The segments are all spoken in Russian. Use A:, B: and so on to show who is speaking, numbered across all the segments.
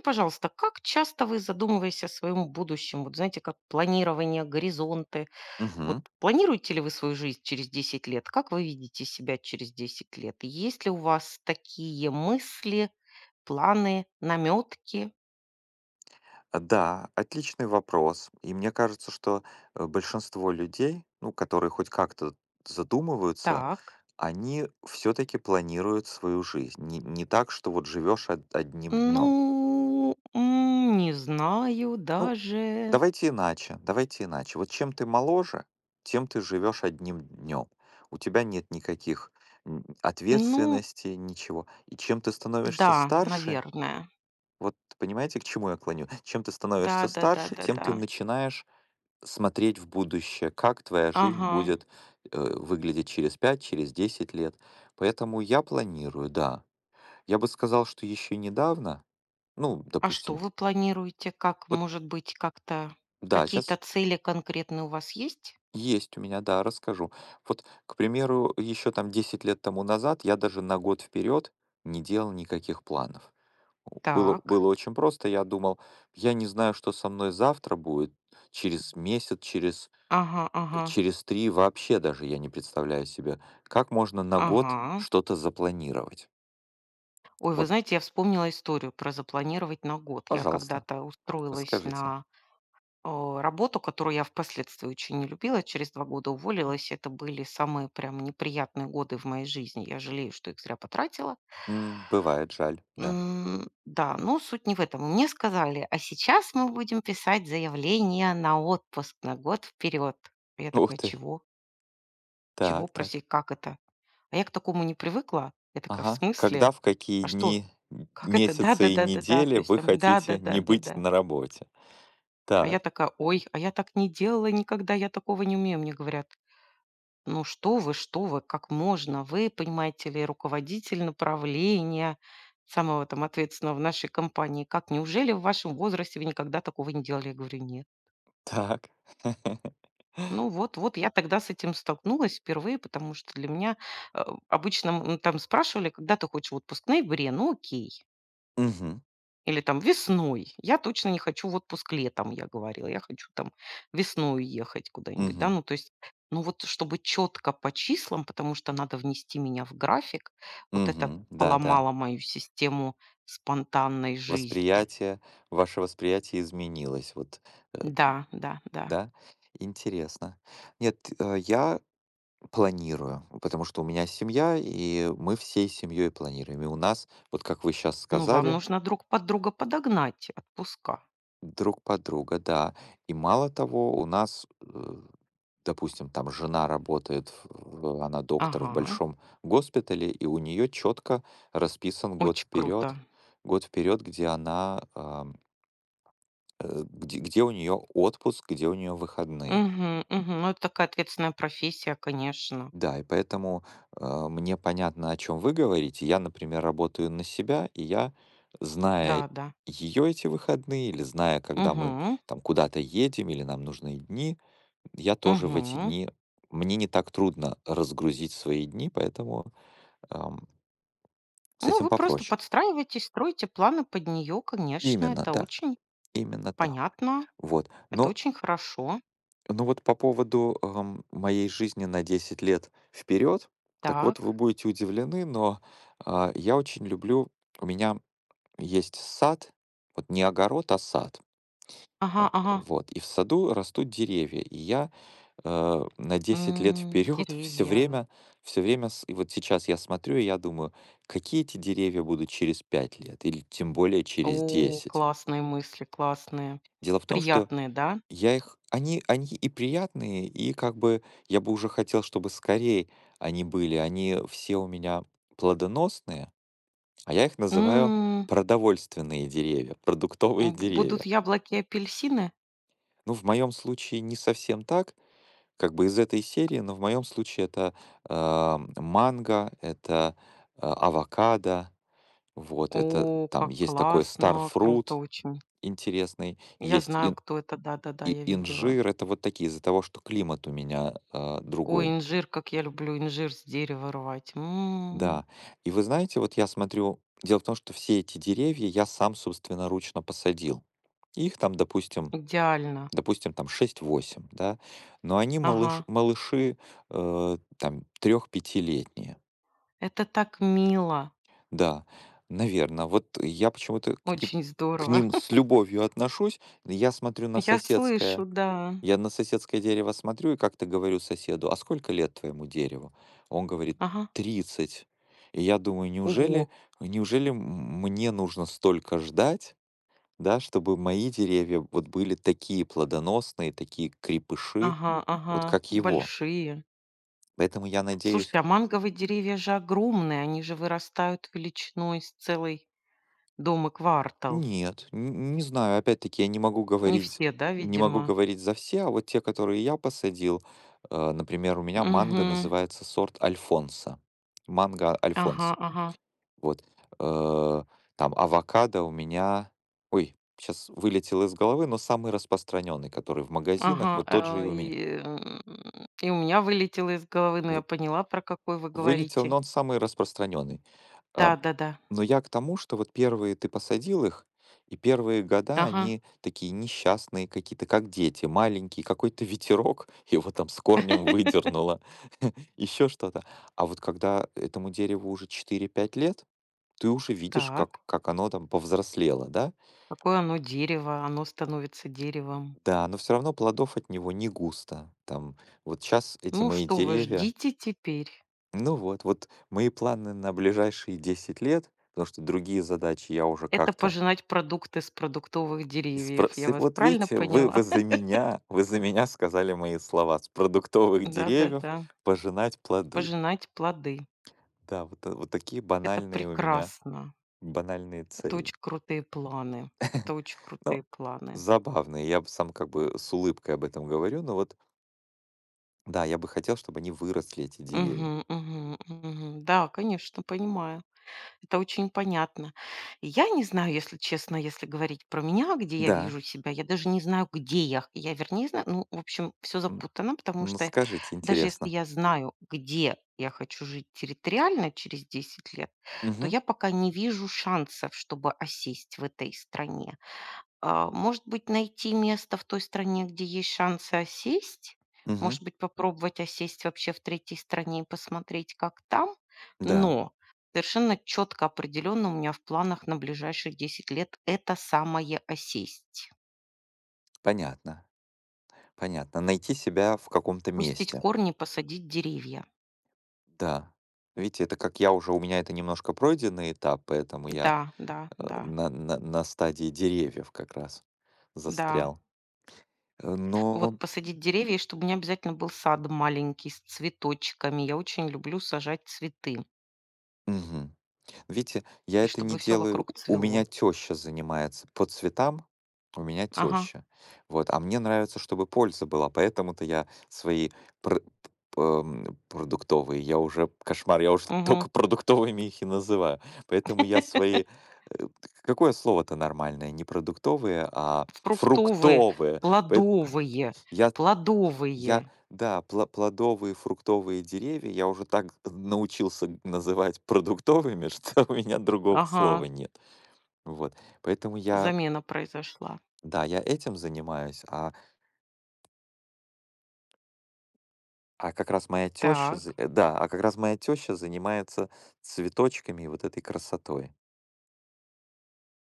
A: Пожалуйста, как часто вы задумываетесь о своем будущем, вот знаете, как планирование, горизонты, вот
B: Мгм.
A: планируете ли вы свою жизнь через 10 лет? Как вы видите себя через 10 лет? И есть ли у вас такие мысли, планы, наметки?
B: А, да, отличный вопрос. И мне кажется, что, большинство людей, ну, которые хоть как-то задумываются,
A: Так,
B: они все таки планируют свою жизнь. Не так, что вот живешь од одним днем.
A: ну, не знаю
B: Ну,
A: даже.
B: давайте иначе, давайте иначе. Вот чем ты моложе, тем ты живешь одним днем. У тебя нет никаких,
A: Ну,
B: ответственностей, ничего. И чем ты становишься
A: да,
B: старше,
A: наверное.
B: вот понимаете, к чему я клоню? Чем ты
A: Да,
B: становишься
A: да, да,
B: старше,
A: да,
B: тем ты
A: да.
B: начинаешь смотреть в будущее, как твоя жизнь, Мгм,
A: Ага,
B: будет выглядеть через 5, через 10 лет. Поэтому я планирую, да. Я бы сказал, что еще недавно, ну,
A: А что
B: допустим. Мгм.
A: вы планируете? Как,
B: Вот
A: может быть, как-то
B: да,
A: какие-то
B: сейчас
A: цели конкретные у вас есть?
B: есть у меня, да, расскажу. Вот, к примеру, еще там 10 лет тому назад я даже на год вперед не делал никаких планов. У- Было,
A: Так.
B: было очень просто, я думал, я не знаю, что со мной завтра будет, через месяц, через
A: Ага, ага,
B: через 3 вообще даже я не представляю себе, как можно на год
A: ага.
B: что-то запланировать.
A: Ой, вы
B: Вот,
A: знаете, я вспомнила историю про запланировать на год. Я
B: пожалуйста,
A: когда-то устроилась
B: расскажите.
A: на э, работу, которую я впоследствии очень не любила. Через 2 года уволилась. Это были самые прям неприятные годы в моей жизни. Я жалею, что их зря потратила.
B: Бывает, жаль, да.
A: Да, но суть не в этом. Мне сказали: "А сейчас мы будем писать заявление на отпуск на год вперед". Я
B: Ух
A: такая:
B: ты.
A: "Чего? Чего?
B: Так, так.
A: Проси, как это?" А я к такому не привыкла. Я такая: "В
B: Ага. Когда,
A: смысле?
B: в какие
A: А что?
B: дни,
A: Как это?
B: месяцы и
A: Да-да-да-да-да". То
B: недели
A: есть
B: вы
A: там
B: хотите не быть
A: да-да-да-да-да.
B: на работе?
A: А я
B: Так,
A: такая: "Ой, а я так не делала никогда, я такого не умею". Мне говорят: "Ну что вы, как можно? Вы, понимаете ли, руководитель направления, самого там ответственного в нашей компании. Как, неужели в вашем возрасте вы никогда такого не делали?" Я говорю, нет.
B: так.
A: Ну вот, вот я тогда с этим столкнулась впервые, потому что для меня обычно там спрашивали, когда ты хочешь в отпуск? В ноябре, ну окей.
B: Мгм,
A: Или там весной. Я точно не хочу в отпуск летом, я говорила. Я хочу там весной ехать куда-нибудь, да.
B: мгм,
A: Ну, то есть, ну вот чтобы четко по числам, потому что надо внести меня в график. Вот это
B: мгм. Да, да.
A: поломало мою систему спонтанной жизни.
B: Восприятие, Ваше восприятие изменилось. Вот, э,
A: Да, да, да.
B: да? Интересно. Нет, я планирую, потому что у меня семья, и мы всей семьей планируем. И у нас, вот как вы сейчас
A: Ну, вам
B: сказали,
A: нужно друг под друга подогнать отпуска.
B: друг подруга, да. И мало того, у нас, допустим, там жена работает, она доктор в
A: Ага,
B: большом госпитале, и у нее четко расписан
A: очень круто.
B: год вперед, где она, где у нее отпуск, где у нее выходные.
A: Угу, угу. Ну, это такая ответственная профессия, конечно.
B: Да, и поэтому, мне понятно, о чем вы говорите. Я, например, работаю на себя, и я, зная
A: Да, да.
B: ее эти выходные или зная, когда Мгм. Мы
A: угу
B: там куда-то едем или нам нужны дни, я тоже в эти
A: угу
B: дни мне не так трудно разгрузить свои дни, поэтому, ам, с
A: Ну,
B: этим
A: вы просто
B: попроще.
A: подстраиваетесь, строите планы под нее, конечно,
B: Именно,
A: это
B: да,
A: очень
B: именно так.
A: понятно,
B: Вот.
A: это
B: Но
A: очень хорошо.
B: но вот по поводу, моей жизни на 10 лет вперед. Так вот вы
A: Так.
B: будете удивлены, но, я очень люблю у меня есть сад, вот не огород, а сад.
A: Ага,
B: А,
A: ага.
B: вот. И в саду растут деревья. И я на 10 лет
A: М,
B: вперед все
A: деревья.
B: время, все время, и вот сейчас я смотрю, и я думаю, какие эти деревья будут через 5 лет, или тем более через
A: О,
B: 10.
A: классные мысли, классные.
B: Дело в том, что
A: Приятные, да?
B: я их, они и приятные, и как бы я бы уже хотел, чтобы скорее они были. Они все у меня плодоносные, а я их называю
A: М,
B: продовольственные деревья, продуктовые
A: будут
B: деревья.
A: яблоки и апельсины?
B: Ну, в моем случае не совсем так, как бы из этой серии, но в моем случае это манго, это авокадо, вот это
A: О,
B: там
A: как
B: есть такой
A: классно, круто
B: старфрут
A: очень.
B: интересный,
A: Я
B: есть
A: знаю,
B: ин-
A: кто это, да-да-да,
B: и-
A: я видела.
B: инжир, это вот такие из-за того, что климат у меня
A: Ой,
B: другой.
A: инжир, как я люблю инжир с дерева рвать. М,
B: Да. И вы знаете, вот я смотрю, дело в том, что все эти деревья я сам собственноручно посадил. Их там, допустим,
A: идеально.
B: допустим, там шесть-восемь, да, но они малыш,
A: Ага.
B: малыши э, там 3 пятилетние,
A: Это так мило,
B: да, наверное. Вот я почему-то
A: очень
B: к
A: здорово.
B: ним с любовью отношусь. Я смотрю на
A: Я
B: соседское,
A: слышу, да.
B: я на соседское дерево смотрю и как-то говорю соседу: «А сколько лет твоему дереву?» Он говорит:
A: Ага.
B: «30». И я думаю,
A: Ого!
B: неужели, мне нужно столько ждать, да, чтобы мои деревья вот были такие плодоносные, такие крепыши,
A: Ага, ага,
B: вот как его.
A: большие.
B: Поэтому я надеюсь.
A: Слушайте, а манговые деревья же огромные, они же вырастают величиной с целый дом и квартал.
B: Нет, н не знаю. Опять-таки я не могу
A: Не
B: говорить
A: все, да,
B: не могу
A: видимо?
B: говорить за все, а вот те, которые я посадил, например, у меня манго
A: Угу.
B: называется сорт Альфонса. Манго
A: Ага,
B: Альфонса.
A: ага,
B: Вот, э, там авокадо у меня, ой, сейчас вылетел из головы, но самый распространенный, который в магазинах,
A: ага.
B: вот тот же и
A: А,
B: у меня.
A: и у меня вылетело из головы, но я
B: Вы
A: поняла, про какой вы
B: вылетел,
A: говорите.
B: но он самый распространенный. А,
A: Да-да-да.
B: но я к тому, что вот первые ты посадил их, и первые года
A: Ага.
B: они такие несчастные какие-то, как дети, маленькие, какой-то ветерок его там с корнем выдернуло, еще что-то. А вот когда этому дереву уже 4-5 лет, ты уже видишь, как,
A: Так,
B: как оно там повзрослело, да?
A: какое оно дерево, оно становится деревом.
B: Да, но все равно плодов от него не густо. Там вот сейчас эти
A: Ну
B: мои
A: что вы,
B: деревья,
A: ждите теперь.
B: ну вот, вот мои планы на ближайшие 10 лет, потому что другие задачи я уже
A: Это
B: как-то.
A: пожинать продукты с продуктовых
B: И спро
A: деревьев. Я
B: с
A: вас
B: Вот
A: правильно
B: видите, вы
A: поняла?
B: вы за меня вы за меня сказали мои слова: «С продуктовых деревьев
A: Да-да-да.
B: пожинать плоды».
A: Пожинать плоды.
B: Да, вот та вот такие
A: Это
B: банальные у меня
A: прекрасно.
B: банальные
A: Это
B: цели.
A: очень крутые планы. Это очень
B: Ну,
A: крутые планы.
B: забавные. Я б сам как бы с улыбкой об этом говорю, но вот да, я бы хотел, чтобы они выросли, эти деревья.
A: Мгм, мгм, мгм. Да, конечно, понимаю. Это очень понятно. Я не знаю, если честно, если говорить про меня, где я
B: Да,
A: вижу себя, я даже не знаю, где я. Я, вернее, знаю, ну, в общем, все
B: м,
A: запутано, потому
B: ну
A: что
B: скажите,
A: даже если
B: интересно.
A: я знаю, где я хочу жить территориально через 10 лет, то
B: Угу,
A: я пока не вижу шансов, чтобы осесть в этой стране. А, может быть, найти место в той стране, где есть шансы осесть?
B: угу,
A: Может быть, попробовать осесть вообще в третьей стране и посмотреть, как там?
B: да,
A: Но совершенно четко, определенно у меня в планах на ближайшие 10 лет это самое осесть.
B: понятно, понятно. Найти себя в каком-то
A: Пустить
B: месте.
A: корни, посадить деревья.
B: Да. Видите, это как я уже у меня это немножко пройденный этап, поэтому я,
A: Да, да,
B: э,
A: да,
B: на на на стадии деревьев как раз
A: да.
B: застрял.
A: Вот
B: Но.
A: посадить деревья, и чтобы у меня обязательно был сад маленький с цветочками. Я очень люблю сажать цветы.
B: Мгм. Видите, я
A: И
B: это
A: чтобы
B: не
A: все
B: делаю.
A: вокруг
B: У меня
A: цвело.
B: теща занимается по цветам. У меня
A: Ага.
B: теща. Вот, а мне нравится, чтобы польза была, поэтому-то я свои пр- продуктовые, я уже кошмар, я уже
A: Мгм.
B: только продуктовыми их и называю. Поэтому я свои, э, какое слово-то нормальное, не продуктовые, а
A: Фруктовые,
B: фруктовые.
A: плодовые,
B: Я я,
A: плодовые.
B: да, пла плодовые, фруктовые деревья я уже так научился г называть продуктовыми, что у меня другого
A: Ага,
B: слова нет. Вот, поэтому я. Ага.
A: замена произошла.
B: Да, я этим занимаюсь, а как раз моя теща за,
A: Так,
B: да, а как раз моя теща занимается цветочками и вот этой красотой.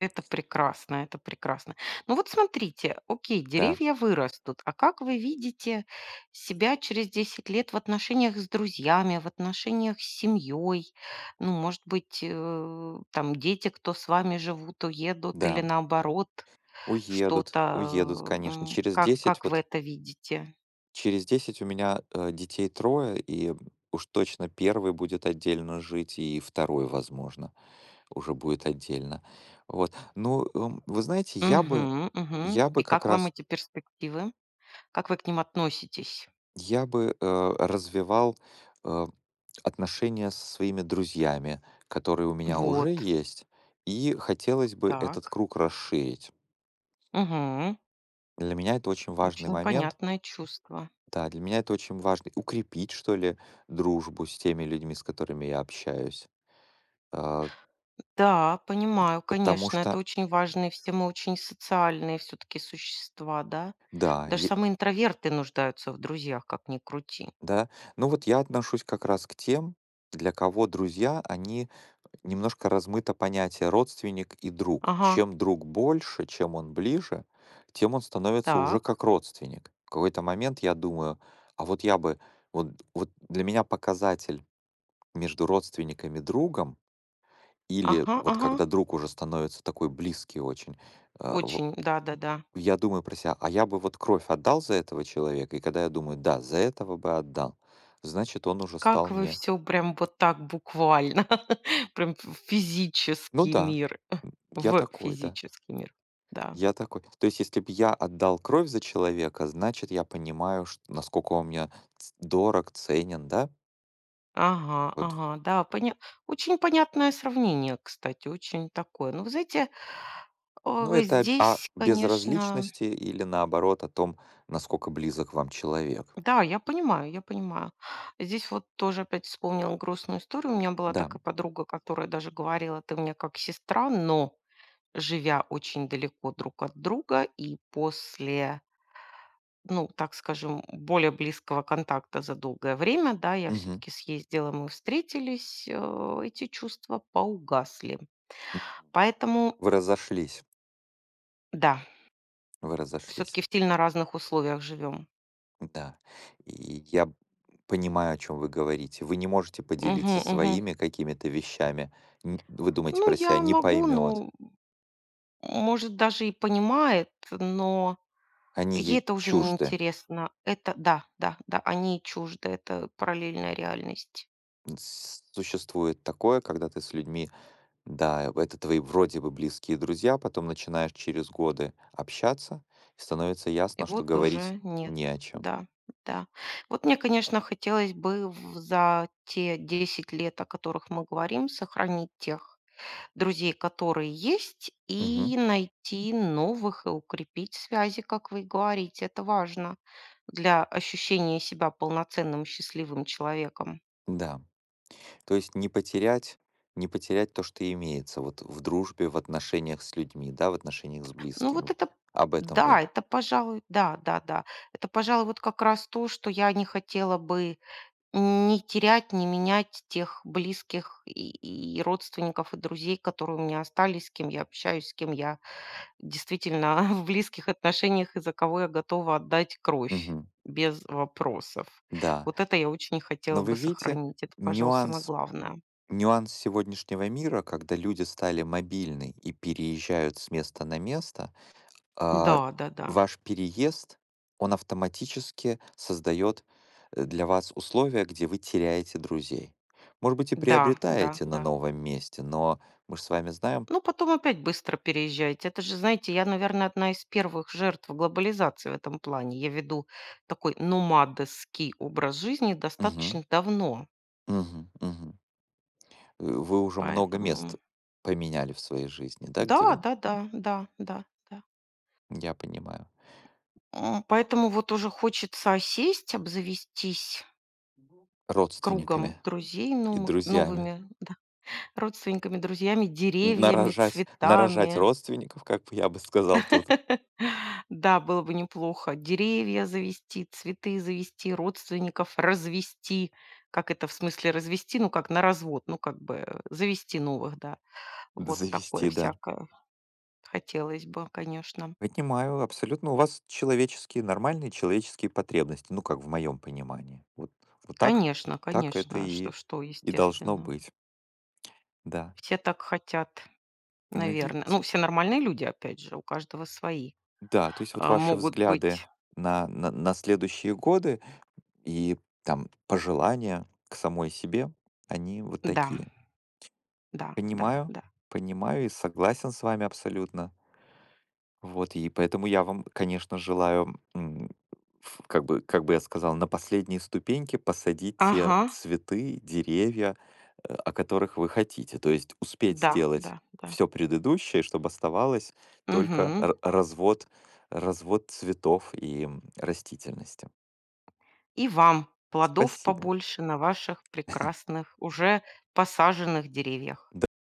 A: это прекрасно, это прекрасно. Ну вот смотрите, окей,
B: Да,
A: деревья вырастут, а как вы видите себя через 10 лет в отношениях с друзьями, в отношениях с семьей? Ну, может быть, там дети, кто с вами живут, уедут или
B: да,
A: наоборот
B: уедут, уедут,
A: что-то.
B: конечно.
A: м,
B: Через
A: Как,
B: 10.
A: как вы
B: Вот
A: это видите?
B: через 10 у меня, детей трое, и уж точно первый будет отдельно жить, и второй, возможно. Уже будет отдельно. Вот. Ну, вы знаете,
A: Мгм, мгм.
B: я
A: И
B: бы как
A: как вам
B: раз
A: эти перспективы? Как вы к ним относитесь?
B: я бы, э, развивал, э, отношения со своими друзьями, которые у меня уже
A: Вот,
B: есть, и хотелось бы этот
A: так.
B: круг расширить.
A: Мгм.
B: Для меня это очень важный
A: Очень
B: момент.
A: понятное чувство.
B: Да, для меня это очень важно. Укрепить, что ли, дружбу с теми людьми, с которыми я общаюсь. А,
A: Да, понимаю,
B: потому
A: конечно, это
B: что
A: очень важные, все мы очень социальные все-таки существа, да.
B: да,
A: Даже
B: е
A: самые интроверты нуждаются в друзьях, как ни крути.
B: да. Ну, вот я отношусь как раз к тем, для кого они немножко размыто понятие родственник и друг.
A: Ага,
B: Чем друг больше, чем он ближе, тем он становится уже
A: так.
B: как родственник. В какой-то момент я думаю, а вот я бы, вот, вот для меня показатель между родственниками и другом, или
A: Ага,
B: вот
A: ага.
B: когда друг уже становится такой близкий очень, э, в-
A: Очень, да-да-да.
B: я думаю про себя, а я бы вот кровь отдал за этого человека, и когда я думаю, да, за этого бы отдал, значит, он уже
A: Как
B: стал
A: вы
B: мне,
A: все прям вот так буквально, прям в
B: ну
A: физический
B: да,
A: мир,
B: м, я
A: в
B: такой, да.
A: физический мир, да.
B: Я такой то есть, если бы я отдал кровь за человека, значит, я понимаю, чт насколько он мне ц дорог, ценен, да?
A: Ага,
B: Вот.
A: ага, да, поня очень понятное сравнение, кстати, очень такое. Ну, вы знаете,
B: Ну, это об о
A: здесь, конечно,
B: безразличности или, наоборот, о том, насколько близок вам человек.
A: да, я понимаю, я понимаю. Здесь вот тоже опять вспомнила грустную историю. У меня была
B: Да.
A: такая подруга, которая даже говорила: "Ты мне как сестра", но живя очень далеко друг от друга, и после ну, так скажем, более близкого контакта за долгое время, да, я
B: Мгм.
A: все-таки съездила, мы встретились, эти чувства поугасли.
B: Мгм.
A: Поэтому,
B: Вы разошлись,
A: да,
B: вы разошлись.
A: все-таки в сильно разных условиях живем.
B: Да. И я б понимаю, о чем вы говорите. Вы не можете
A: Мгм,
B: поделиться
A: мгм.
B: своими какими-то вещами. Н Вы думаете
A: Ну,
B: про себя:
A: я
B: «Не
A: могу,
B: поймет.
A: ну, может, даже и понимает, но
B: Они
A: ей
B: ей
A: это уже не
B: чужды».
A: интересно. Это, да, да, да, они чужды, это параллельная реальность.
B: С Существует такое, когда ты с людьми, да, это твои вроде бы близкие друзья, потом начинаешь через годы общаться, и становится
A: И
B: ясно, что
A: вот
B: говорить
A: уже нет.
B: не о чем.
A: Да, да. Вот мне, конечно, хотелось бы в за те 10 лет, о которых мы говорим, сохранить тех друзей, которые есть,
B: Мгм.
A: и найти новых, и укрепить связи, как вы и говорите. Это важно для ощущения себя полноценным, счастливым человеком.
B: Да. То есть не потерять то, что имеется вот в дружбе, в отношениях с людьми, да, в отношениях с
A: Ну
B: близкими.
A: вот
B: Вот
A: это
B: об этом вы.
A: да, это, пожалуй, да, да, да. Это, пожалуй, вот как раз то, что я не хотела бы не терять, не менять тех близких и родственников, и друзей, которые у меня остались, с кем я общаюсь, с кем я действительно в близких отношениях и за кого я готова отдать кровь
B: Мгм.
A: без вопросов.
B: Да.
A: Вот это я очень хотела
B: Но вы
A: бы
B: видите
A: сохранить. Это, пожалуй, самое
B: нюанс
A: главное.
B: нюанс сегодняшнего мира, когда люди стали мобильны и переезжают с места на место,
A: Да,
B: а,
A: да, да.
B: ваш переезд, он автоматически создает для вас условия, где вы теряете друзей. Может быть, и
A: Да, да,
B: приобретаете на
A: да.
B: новом месте, но мы же с вами знаем.
A: Ну, потом опять быстро переезжаете. Это же, знаете, я, наверное, одна из первых жертв глобализации в этом плане. Я веду такой номадовский образ жизни
B: Мгм.
A: достаточно давно.
B: Мгм. Мгм. Вы уже много
A: Поэтому
B: мест поменяли в своей жизни, да,
A: да,
B: где вы,
A: да, да, да, да, да.
B: я понимаю,
A: Поэтому вот уже хочется осесть, обзавестись кругом
B: родственниками
A: друзей
B: и
A: новых,
B: друзьями.
A: новыми да, родственниками, друзьями,
B: Н-
A: деревьями,
B: Нарожать, нарожать
A: цветами,
B: родственников, как бы я бы сказал тут,
A: Да, было бы неплохо. Деревья завести, цветы завести, родственников развести. Как это в смысле развести? Ну, как на развод, ну, как бы завести новых, да. Вот такое
B: завести, да.
A: всякое хотелось бы, конечно.
B: Понимаю, абсолютно. У вас человеческие, нормальные человеческие потребности, ну, как в моем понимании. Вот, вот так,
A: Конечно,
B: так это
A: конечно. А, Что,
B: и,
A: что,
B: и должно
A: естественно.
B: быть, да.
A: Все так хотят,
B: Ну
A: наверное.
B: ведь,
A: Ну, все нормальные люди, опять же, у каждого свои.
B: да, то есть вот
A: А,
B: ваши
A: могут
B: взгляды
A: быть...
B: на следующие годы и там пожелания к самой себе, они вот
A: Да,
B: такие.
A: да, да,
B: Понимаю,
A: да.
B: понимаю и согласен с вами абсолютно. Вот, и поэтому я вам, конечно, желаю, как бы я сказал, на последние ступеньки посадить те
A: Ага,
B: цветы, деревья, о которых вы хотите. То есть успеть
A: да,
B: сделать
A: да, да.
B: все предыдущее, чтобы оставалось только
A: Мгм.
B: развод цветов и растительности.
A: И вам плодов
B: Спасибо.
A: побольше на ваших прекрасных, уже посаженных деревьях.